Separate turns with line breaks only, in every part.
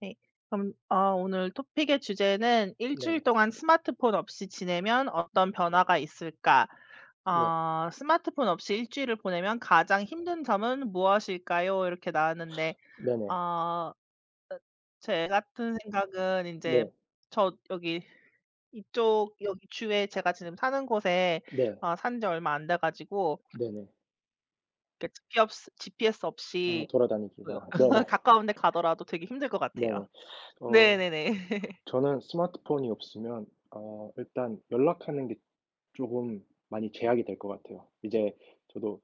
네. 그럼 오늘 토픽의 주제는 "일주일
네네.
동안 스마트폰 없이 지내면 어떤 변화가 있을까?"
네.
어 "스마트폰 없이 일주일을 보내면 가장 힘든 점은 무엇일까요?" 이렇게 나왔는데 어
네네.
어, 제 같은 생각은 이제
네.
저 여기 이쪽 여기 주에 제가 지금 사는 곳에
네.
산지 얼마 안 돼 가지고
네네.
그 GPS
어
없이 뭐
돌아다니기가 네네.
가까운 데 가더라도 되게 힘들 것 같아요.
네네. 어
네네네.
저는 스마트폰이 없으면 일단 연락하는 게 쪼금 많이 제약이 될 것 같아요. 이제 저도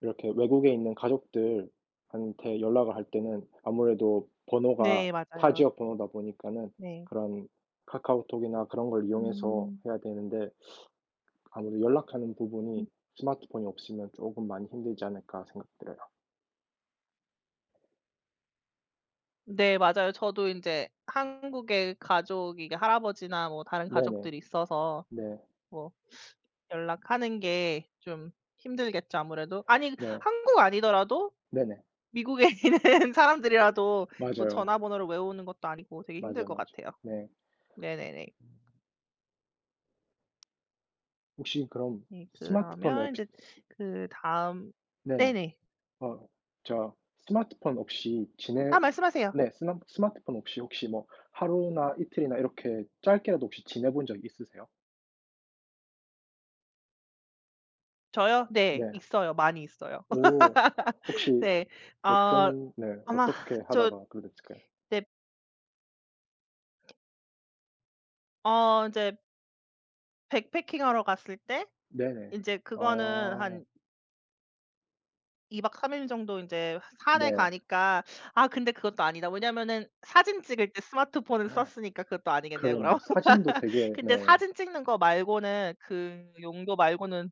이렇게 외국에 있는 가족들 한테 연락을 할 때는 아무래도 번호가
네,
타
맞아요.
지역 번호다 보니까는
네.
그런 카카오톡이나 그런 걸 이용해서
음.
해야 되는데 아무래도 연락하는 부분이
음.
스마트폰이 없으면 쪼금 많이 힘들지 않을까 생각돼요.
네, 맞아요. 저도 인제 한국에 가족이 이게 할아버지나 뭐 다른
네네.
가족들이 있어서
네.
뭐 연락하는 게 좀 힘들겠죠, 아무래도. 아니
네.
한국 아니더라도
네네.
미국에 있는 사람들이라도 뭐
맞아요.
전화번호를 외우는 것도 아니고 되게 힘들
맞아요,
것
맞아요.
같아요.
네.
네네네.
혹시 그럼
네,
스마트폰
그러면
없이
인제 그다음.
네네.
네네.
어 저 스마트폰 없이 지내
아, 말씀하세요.
네. 스마트폰 없이 혹시 뭐 하루나 이틀이나 이렇게 짧게라도 혹시 지내본 적 있으세요?
저요? 네.
네.
있어요. 많이 있어요.
오. 혹시
네. 아,
어떤 네.
아마
어떻게
저
하다가 그렇게 됐을까요?
네어이제 백패킹하러 갔을 때,
네네.
이제 그거는
아.
한 2박 3일 정도 이제 산에
네.
가니까. 아 근데 그것도 아니다. 왜냐면은 사진 찍을 때 스마트폰을 썼으니까 그것도 아니겠네요, 그럼.
그러네요. 사진도 되게
근데
네.
사진 찍는 거 말고는, 그 용도 말고는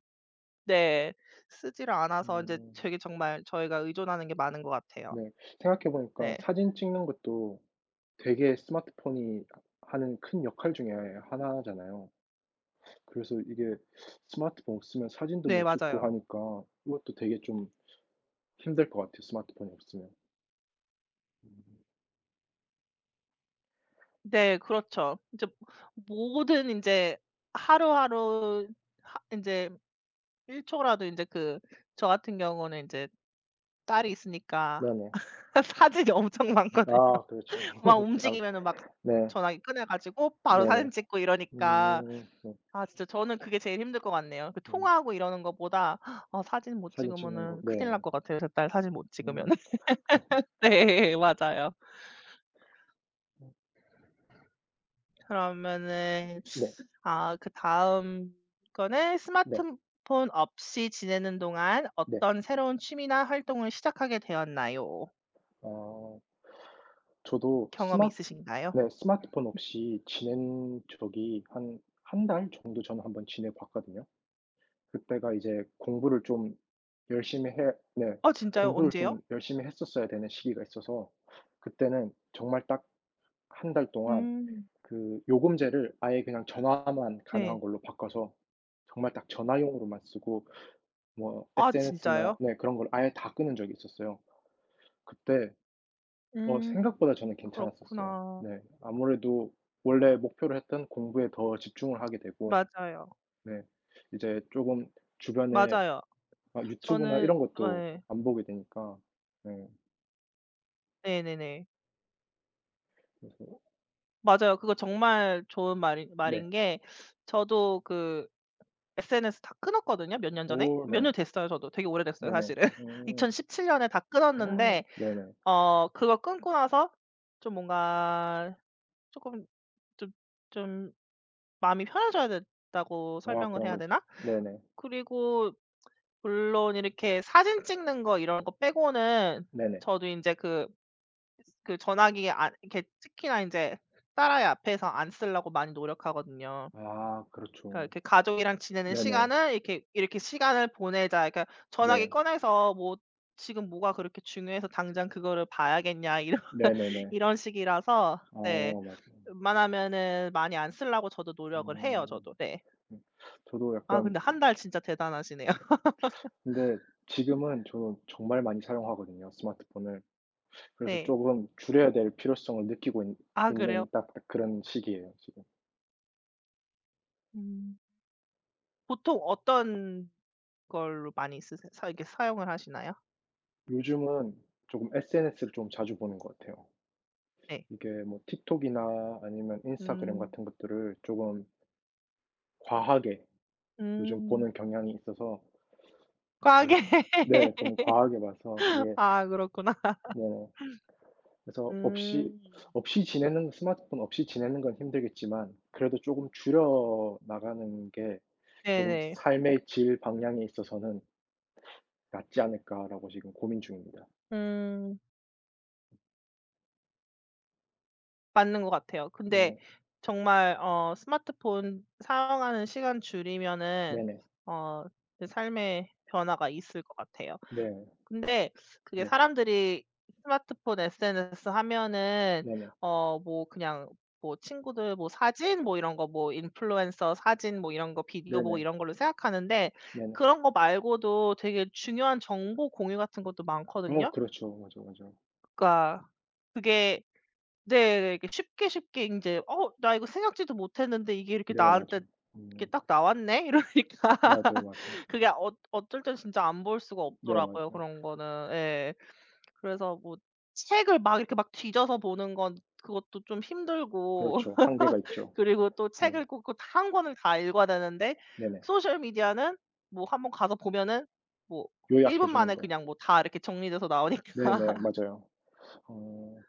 네 쓰지를 않아서, 이제
음.
되게 정말 저희가 의존하는 게 많은 것 같아요.
네. 생각해 보니까
네.
사진 찍는 것도 되게 스마트폰이 하는 큰 역할 중에 하나잖아요. 그래서 이게 스마트폰 없으면 사진도
네
못 찍고
맞아요.
하니까 이것도 되게 좀 힘들 것 같아요, 스마트폰이 없으면. 음.
네 그렇죠. 이제 모든 이제 하루하루 하제 1 초라도 인제 그, 저 같은 경우는 인제 딸이 있으니까
네네.
사진이 엄청 많거든요.
아 그렇죠.
막
아
움직이면은 막
네.
전화기 꺼내 가지고 바로 사진
네네.
찍고 이러니까,
음. 네.
아 진짜 저는 그게 제일 힘들 것 같네요. 그
음.
통화하고 이러는 것보다 아 사진 못
사진 찍는 거.
찍으면은 큰일
네.
날 것 같아요, 제 딸 사진 못 찍으면은.
음.
네, 맞아요. 그러면은
네.
아, 그다음 거는
네.
스마트폰 없이 지내는 동안
네.
어떤 새로운 취미나 활동을 시작하게 되었나요?
아. 저도
경험이
스마트
있으신가요?
네 스마트폰 없이 지낸 적이 한 한 달 정도 저는 한번 지내 봤거든요. 그때가 이제 공부를 좀 열심히 해 네
아 진짜요?
공부를
언제요?
좀 열심히 했었어야 되는 시기가 있어서 그때는 정말 딱 한 달 동안
음.
그 요금제를 아예 그냥 전화만 가능한
네.
걸로 바꿔서 정말 딱 전화용으로만 쓰고 뭐
아
SNS나
진짜요?
네 그런 걸 아예 다 끊은 적이 있었어요. 그때
음.
생각보다 저는 괜찮았었어요.
그렇구나.
네. 아무래도 원래 목표로 했던 공부에 더 집중을 하게 되고
맞아요.
네 이제 쪼금 주변에
맞아요.
막 유튜브나
저는.
이런 것도
네.
안 보게 되니까 네
네네네.
그래서
맞아요. 그거 정말 좋은 말인
네.
말인 게, 저도 그 SNS 다 끊었거든요, 몇 년 전에.
오
몇
네.
년 됐어요, 저도. 되게 오래됐어요,
네네.
사실은.
음.
2017년 년에 다 끊었는데,
네네.
그거 끊고 나서 좀 뭔가 쪼끔 좀 좀 마음이 편해져야 된다고
아
설명을
그런
해야
거 있죠.
되나?
네네.
그리고 물론 이렇게 사진 찍는 거 이런 거 빼고는,
네네.
저도 인제 그 전화기 안 이렇게 특히나 인제 딸아이 앞에서 안 쓰려고 많이 노력하거든요.
아
그러니까
그렇죠.
이렇게 가족이랑 지내는
네네.
시간을 이렇게 이렇게 시간을 보내자. 그러니까 전화기
네.
꺼내서 뭐 '지금 뭐가 그렇게 중요해서 당장 그거를 봐야겠냐.' 이런
네네네.
이런 식이라서 네.
어 맞아요.
웬만하면은 많이 안 쓰려고 저도 노력을 해요,
음.
저도. 네.
음. 저도
아
약간
근데 한 달 진짜 대단하시네요.
근데 지금은 저는 정말 많이 사용하거든요, 스마트폰을. 그래서
네.
조금 줄여야 될 필요성을 느끼고 있
아 그래요?
는 딱 그런 시기예요, 지금.
음. 보통 어떤 걸로 많이 쓰세 사 이렇게 사용을 하시나요?
요즘은 조금 SNS를 좀 자주 보는 것 같아요.
네.
이게 뭐 틱톡이나 아니면 인스타그램
음.
같은 것들을 조금 과하게 요즘
음.
보는 경향이 있어서 그래서
과하게.
네 좀 과하게 봐서 이게
아 그렇구나.
뭐 그래서 없이
음.
없이 지내는 스마트폰 없이 지내는 건 힘들겠지만 그래도 조금 줄여 나가는 게 조금
네네.
'삶의 질 방향에 있어서는 낫지 않을까.'라고 지금 고민 중입니다.
음. 맞는 것 같아요. 근데
네.
정말 스마트폰 사용하는 시간 줄이면은
네네.
어 그 삶의 변화가 있을 것 같아요.
네.
때 그게
네.
사람들이 스마트폰 SNS 하면은
네네.
어 뭐 그냥 뭐 친구들 뭐 사진 뭐 이런 거 뭐 인플루언서 사진 뭐 이런 거 비디오 보고
네네.
이런 걸로 생각하는데,
네네.
그런 거 말고도 되게 중요한 정보 공유 같은 것도
어
많거든요.
그렇죠. 맞아, 맞아.
그러니까 그게 네 이렇게 쉽게 인제 '어 나 이거 생각지도 못했는데 이게 이렇게
네 맞아
나한테 이렇게
음.
딱 나왔네.' 이런 이렇
맞아요, 맞아요.
그게 어쩔 땐 진짜 안 볼 수가
네
없더라고요
맞아요.
그런 거는. 예 그래서 뭐 책을 막 이렇게 막 뒤져서 보는 건 그것도 좀 힘들고,
그렇죠. 한계가 있죠.
그리고 또
네.
책을 꼭그 권을 다 읽어야 되는데,
네네.
소셜 미디어는 뭐 한번 가서 보면은 뭐 1
요약해
분
주는
만에
거.
그냥 뭐 다 이렇게 정리돼서 나오니까.
네네. 맞아요. 어.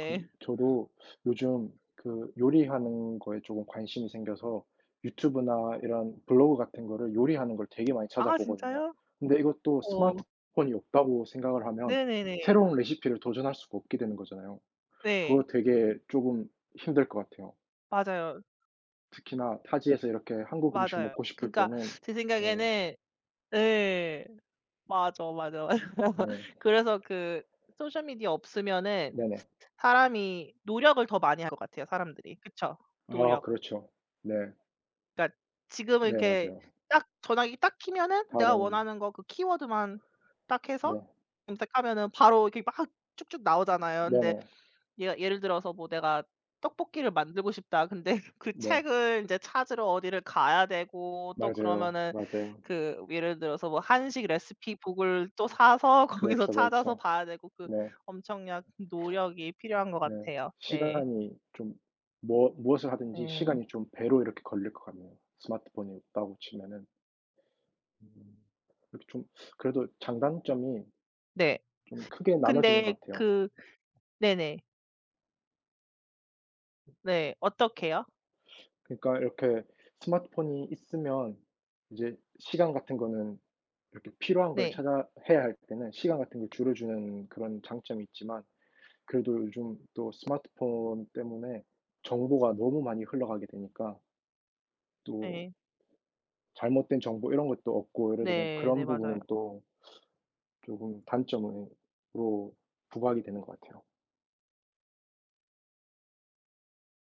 그 저도 요즘 그 요리하는 거에 조금 관심이 생겨서 유튜브나 이런 블로그 같은 거를 요리하는 걸 되게 많이
아
찾아보거든요.
진짜요?
근데 이것도
어
스마트폰이 없다고 생각을 하면
네네네.
새로운 레시피를 도전할 수가 없게 되는 거잖아요. 그거
네.
되게 조금 힘들 것 같아요.
맞아요.
특히나 타지에서 이렇게 한국 음식
맞아요.
먹고 싶을
그러니까
때는
제
네.
생각에는 네. 맞아, 맞아, 맞아.
네.
그래서 그 소셜 미디어 없으면은
네네.
사람이 노력을 더 많이 할 것 같아요, 사람들이. 그쵸?
아
노력.
그렇죠. 네.
그러니까 지금은
네
이렇게
맞아요.
딱 전화기 딱 키면은 내가
다른
원하는 거 그 키워드만 딱 해서
네.
검색하면은 바로 이렇게 막 쭉쭉 나오잖아요. 근데
네네.
예 예를 들어서 뭐 내가 '떡볶이를 만들고 싶다.' 근데 그
네.
책을 인제 찾으러 어디를 가야 되고 또
맞아요,
그러면은,
맞아요.
그 예를 들어서 뭐 한식 레시피 북을 또 사서 거기서
그렇죠,
찾아서
그렇죠.
봐야 되고, 그
네.
엄청난 노력이 필요한 것
네.
같아요. 네.
시간이 좀 뭐 무엇을 하든지
네.
시간이 좀 배로 이렇게 걸릴 것 같네요. 스마트폰이 없다고 치면은. 음. 이렇게 좀 그래도 장단점이
네.
좀 크게 나눠지는
근데
것 같아요.
그 네네. 네. 어떻게요?
그러니까 이렇게 스마트폰이 있으면 이제 시간 같은 거는 이렇게 필요한 걸
네.
찾아 해야 할 때는 시간 같은 걸 줄여 주는 그런 장점이 있지만 그래도 요즘 또 스마트폰 때문에 정보가 너무 많이 흘러가게 되니까 또
네,
잘못된 정보 이런 것도 없고 이러다 보니
네. 네
그런
맞아요.
부분은 또 조금 단점으로 부각이 되는 것 같아요.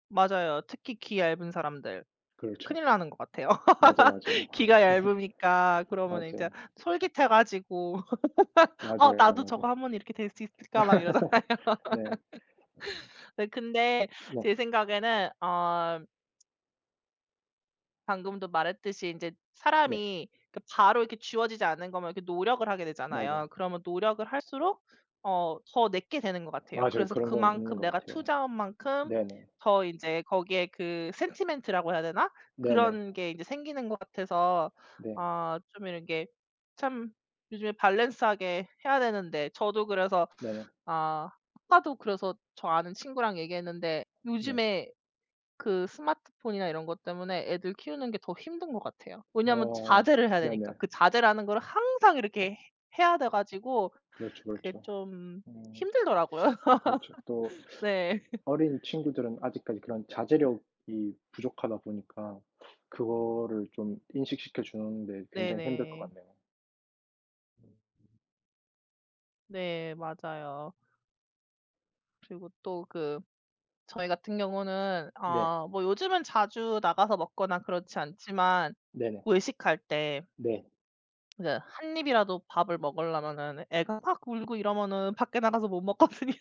맞아요. 특히 귀 얇은 사람들
그렇죠.
큰일 나는 것 같아요.
맞아요, 맞아요.
귀가 얇으니까 그러면 이제
맞아요.
솔깃해 가지고 '어
맞아요,
나도 저거
맞아요.
한번 이렇게 될 수 있을까?' 막 이러잖아요.
네.
네 근데
네.
제 생각에는 방금도 말했듯이 인제
네.
사람이 그 바로 이렇게 주어지지 않는 거면 이렇게 노력을 하게
맞아요.
되잖아요. 그러면 노력을 할수록 더 내게 되는 것 같아요.
맞아요.
그래서
그런 건 있는
그만큼
것
내가
같아요.
투자한 만큼
네네.
더 인제 거기에 그 sentiment라고 해야 되나?
네네.
그런 게 인제 생기는 것 같아서
네.
아 좀 이런 게 참 요즘에 밸런스하게 해야 되는데 저도 그래서,
네네.
아 아까도 그래서 저 아는 친구랑 얘기했는데
네.
요즘에 그 스마트폰이나 이런 것 때문에 애들 키우는 게 더 힘든 것 같아요. 왜냐하면
어
자제를 해야 되니까.
네네.
그 자제라는 거를 항상 이렇게 해 해야 돼 가지고
그렇죠,
그게
그렇죠.
좀
음
힘들더라고요.
그렇죠. 또
네.
어린 친구들은 아직까지 그런 자제력이 부족하다 보니까 그거를 좀 인식시켜 주는 데 굉장히 힘들 것
네네.
같네요.
네 맞아요. 그리고 또 그 저희 같은 경우는
네.
아 뭐 요즘은 자주 나가서 먹거나 그렇지 않지만
네네.
외식할 때
네.
이제 한 입이라도 밥을 먹으려면은 애가 막 울고 이러면은 밖에 나가서 못 먹거든요.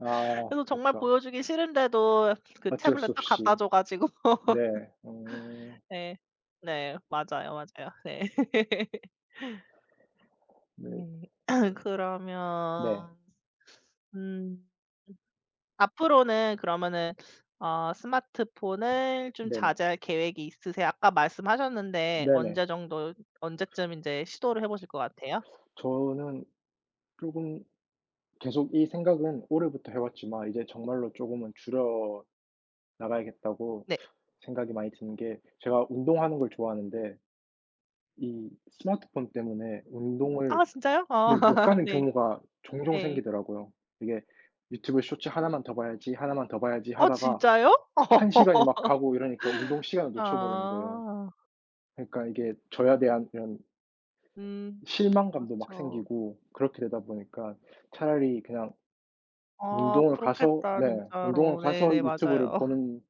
아
그래서 정말
그렇죠.
보여주기 싫은데도 그
어쩔 수
태블릿 딱
없이.
갖다 줘 가지고.
네. 어
네. 네. 맞아요, 맞아요. 네.
네.
네.
네.
그러면 음 앞으로는 그러면은 스마트폰을 좀
네네.
자제할 계획이 있으세요? 아까 말씀하셨는데
네네.
언제 정도 언제쯤 인제 시도를 해 보실 것 같아요?
저는 조금 계속 이 생각은 올해부터 해 왔지만 이제 정말로 조금은 줄여 나가야겠다고
네.
생각이 많이 드는 게 제가 운동하는 걸 좋아하는데 이 스마트폰 때문에 운동을
아 진짜요? 어
네 못 가는
네.
경우가 종종
네.
생기더라고요. 이게 '유튜브 쇼츠 하나만 더 봐야지, 하나만 더 봐야지.'
어
하다가
진짜요?
1 시간이 막
어.
가고 이러니까 운동 시간을 놓쳐 버리는 거예요.
아.
그러니까 이게 저에 대한 이런
음.
실망감도 막
그쵸.
생기고 그렇게 되다 보니까 차라리 그냥
아
운동을 가서
그렇겠다
네 운동을
진짜로.
가서
네네.
유튜브를
맞아요.
보는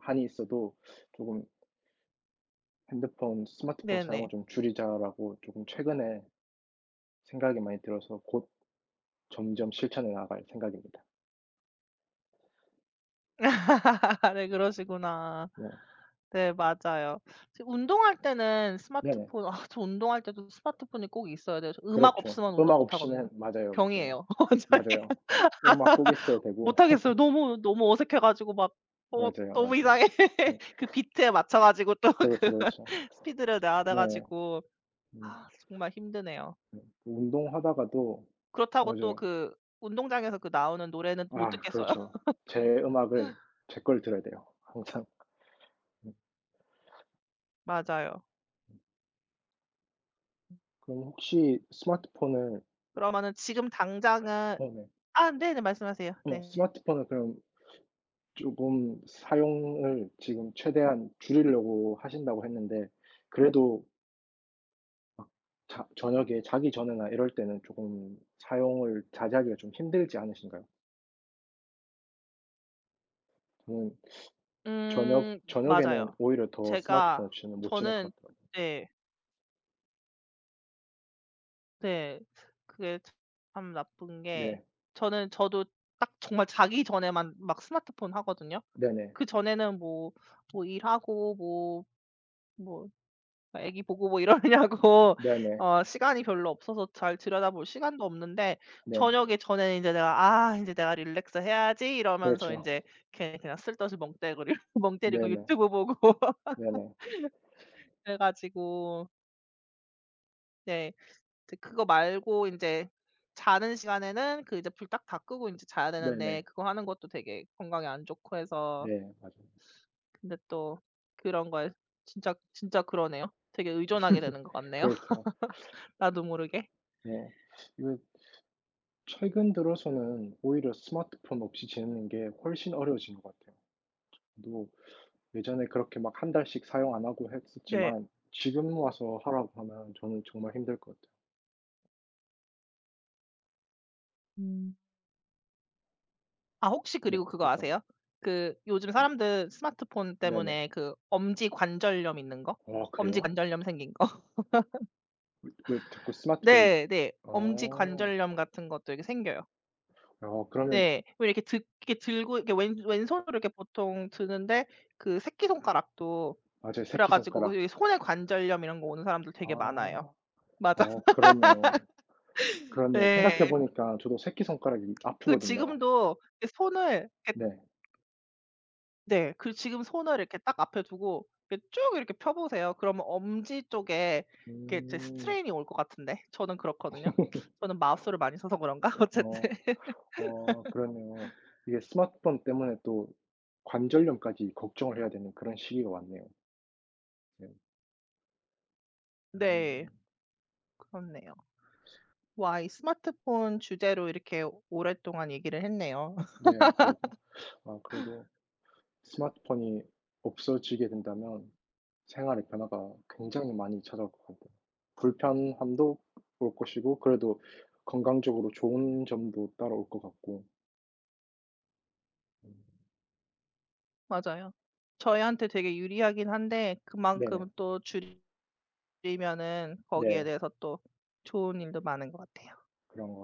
한이 있어도 조금 '핸드폰, 스마트폰
네네.
사용을 좀 줄이자.'라고 조금 최근에 생각이 많이 들어서 곧 점점 실천해 나갈 생각입니다.
네 그러시구나.
네.
네 맞아요. 지금 운동할 때는
네네.
스마트폰 아 저 운동할 때도 스마트폰이 꼭 있어야 돼요. 저 음악
그렇죠.
없으면 운동
음악
못 하거든요.
없이는 맞아요, 맞아요.
병이에요. 완전히.
맞아요. 음악 꼭 있어야 되고
못 하겠어요. 너무, 너무 어색해 가지고 막 어
맞아요,
너무
맞아요.
이상해. 그 비트에 맞춰 가지고 또 그
그렇죠, 그렇죠.
스피드를 내야 돼
네.
가지고
음
아 정말 힘드네요.
운동하다가도
그렇다고 또
맞아요.
그 운동장에서 그 나오는 노래는 못
아
듣겠어요.
그렇죠. 제 음악을 제 걸 들어야 돼요 항상. 음.
맞아요.
그럼 혹시 스마트폰을
그러면은 지금 당장은
어 네.
아 네네. 말씀하세요. 네.
스마트폰을 그럼 조금 사용을 지금 최대한 줄이려고 하신다고 했는데 그래도 막 자 저녁에 자기 전이나 이럴 때는 조금 사용을 자제하기가 좀 힘들지 않으신가요? 저는 저녁 저녁에는
맞아요.
오히려 더 스마트폰
제가,
없이는 못 지낼
저는
것 같더라고요.
네. 네. 그게 참 나쁜 게,
네.
저는 저도 딱 정말 자기 전에만 막 스마트폰 하거든요.
네네.
그전에는 뭐 뭐 일하고 뭐뭐 어, 애기 보고 뭐 이러느냐고
네네.
어 시간이 별로 없어서 잘 들여다볼 시간도 없는데
네.
저녁에 전에는 이제 내가 '아 이제 내가 릴렉스 해야지.' 이러면서 이
그렇죠.
제 걔 그냥 쓸데없이 멍때리고
네네.
유튜브 보고.
네네.
그래 가지고 네. 이제 그거 말고 이제 자는 시간에는 그 이제 불 딱 다 끄고 이제 자야 되는데
네네.
그거 하는 것도 되게 건강에 안 좋고 해서.
네. 맞아요.
근데 또 그런 거에 진짜 진짜 그러네요. 되게 의존하게 되는 것 같네요,
그렇죠.
나도 모르게.
네. 이거 최근 들어서는 오히려 스마트폰 없이 지내는 게 훨씬 어려워진 것 같아요. 또 예전에 그렇게 막 한 달씩 사용 안 하고
네.
했었지만 지금 와서 하라고 하면 저는 정말 힘들 것 같아요.
음. 아 혹시
네.
그리고 그거
어떤 거?
아세요? 그 요즘 사람들 스마트폰
네네.
때문에 그 엄지 관절염 있는 거?
아
엄지
그래요?
관절염 생긴 거.
왜 자꾸 스마트폰
네 네. 엄지
어.
관절염 같은 것도 이렇게 생겨요.
어 그러면
네. 왜 이렇게 드 이렇게 들고 이렇게 왼 왼손으로 이렇게 보통 드는데, 그 새끼손가락도
맞아요.
그래 가지고
새끼손가락.
그 손에 관절염 이런 거 오는 사람들 되게 많아요.
아.
맞아.
어 그러네요. 그렇네요. 생각해
네.
보니까 저도 새끼손가락이
그
아프거든요.
지금도 이 손을 이렇게.
네.
네. 그 지금 손을 이렇게 딱 앞에 두고 이렇게 쭉 이렇게 펴 보세요. 그러면 엄지 쪽에 이게 이제
음.
스트레인이 올 것 같은데 저는 그렇거든요. 저는 마우스를 많이 써서 그런가?
어.
어쨌든
어 그러네요. 이게 스마트폰 때문에 또 관절염까지 걱정을 해야 되는 그런 시기가 왔네요. 네.
네.
음.
그렇네요. 와이 스마트폰 주제로 이렇게 오랫동안 얘기를 했네요.
네 그러게요. 아 그래도 스마트폰이 없어지게 된다면 생활의 변화가 굉장히 많이 찾아올 것 같아요. 불편함도 올 것이고 그래도 건강적으로 좋은 점도 따라올 것 같고. 음.
맞아요. 저희한테 되게 유리하긴 한데
네네.
그만큼 또 줄이면은 거기에
네.
대해서 또 좋은 일도 많은 것 같아요.
그런 것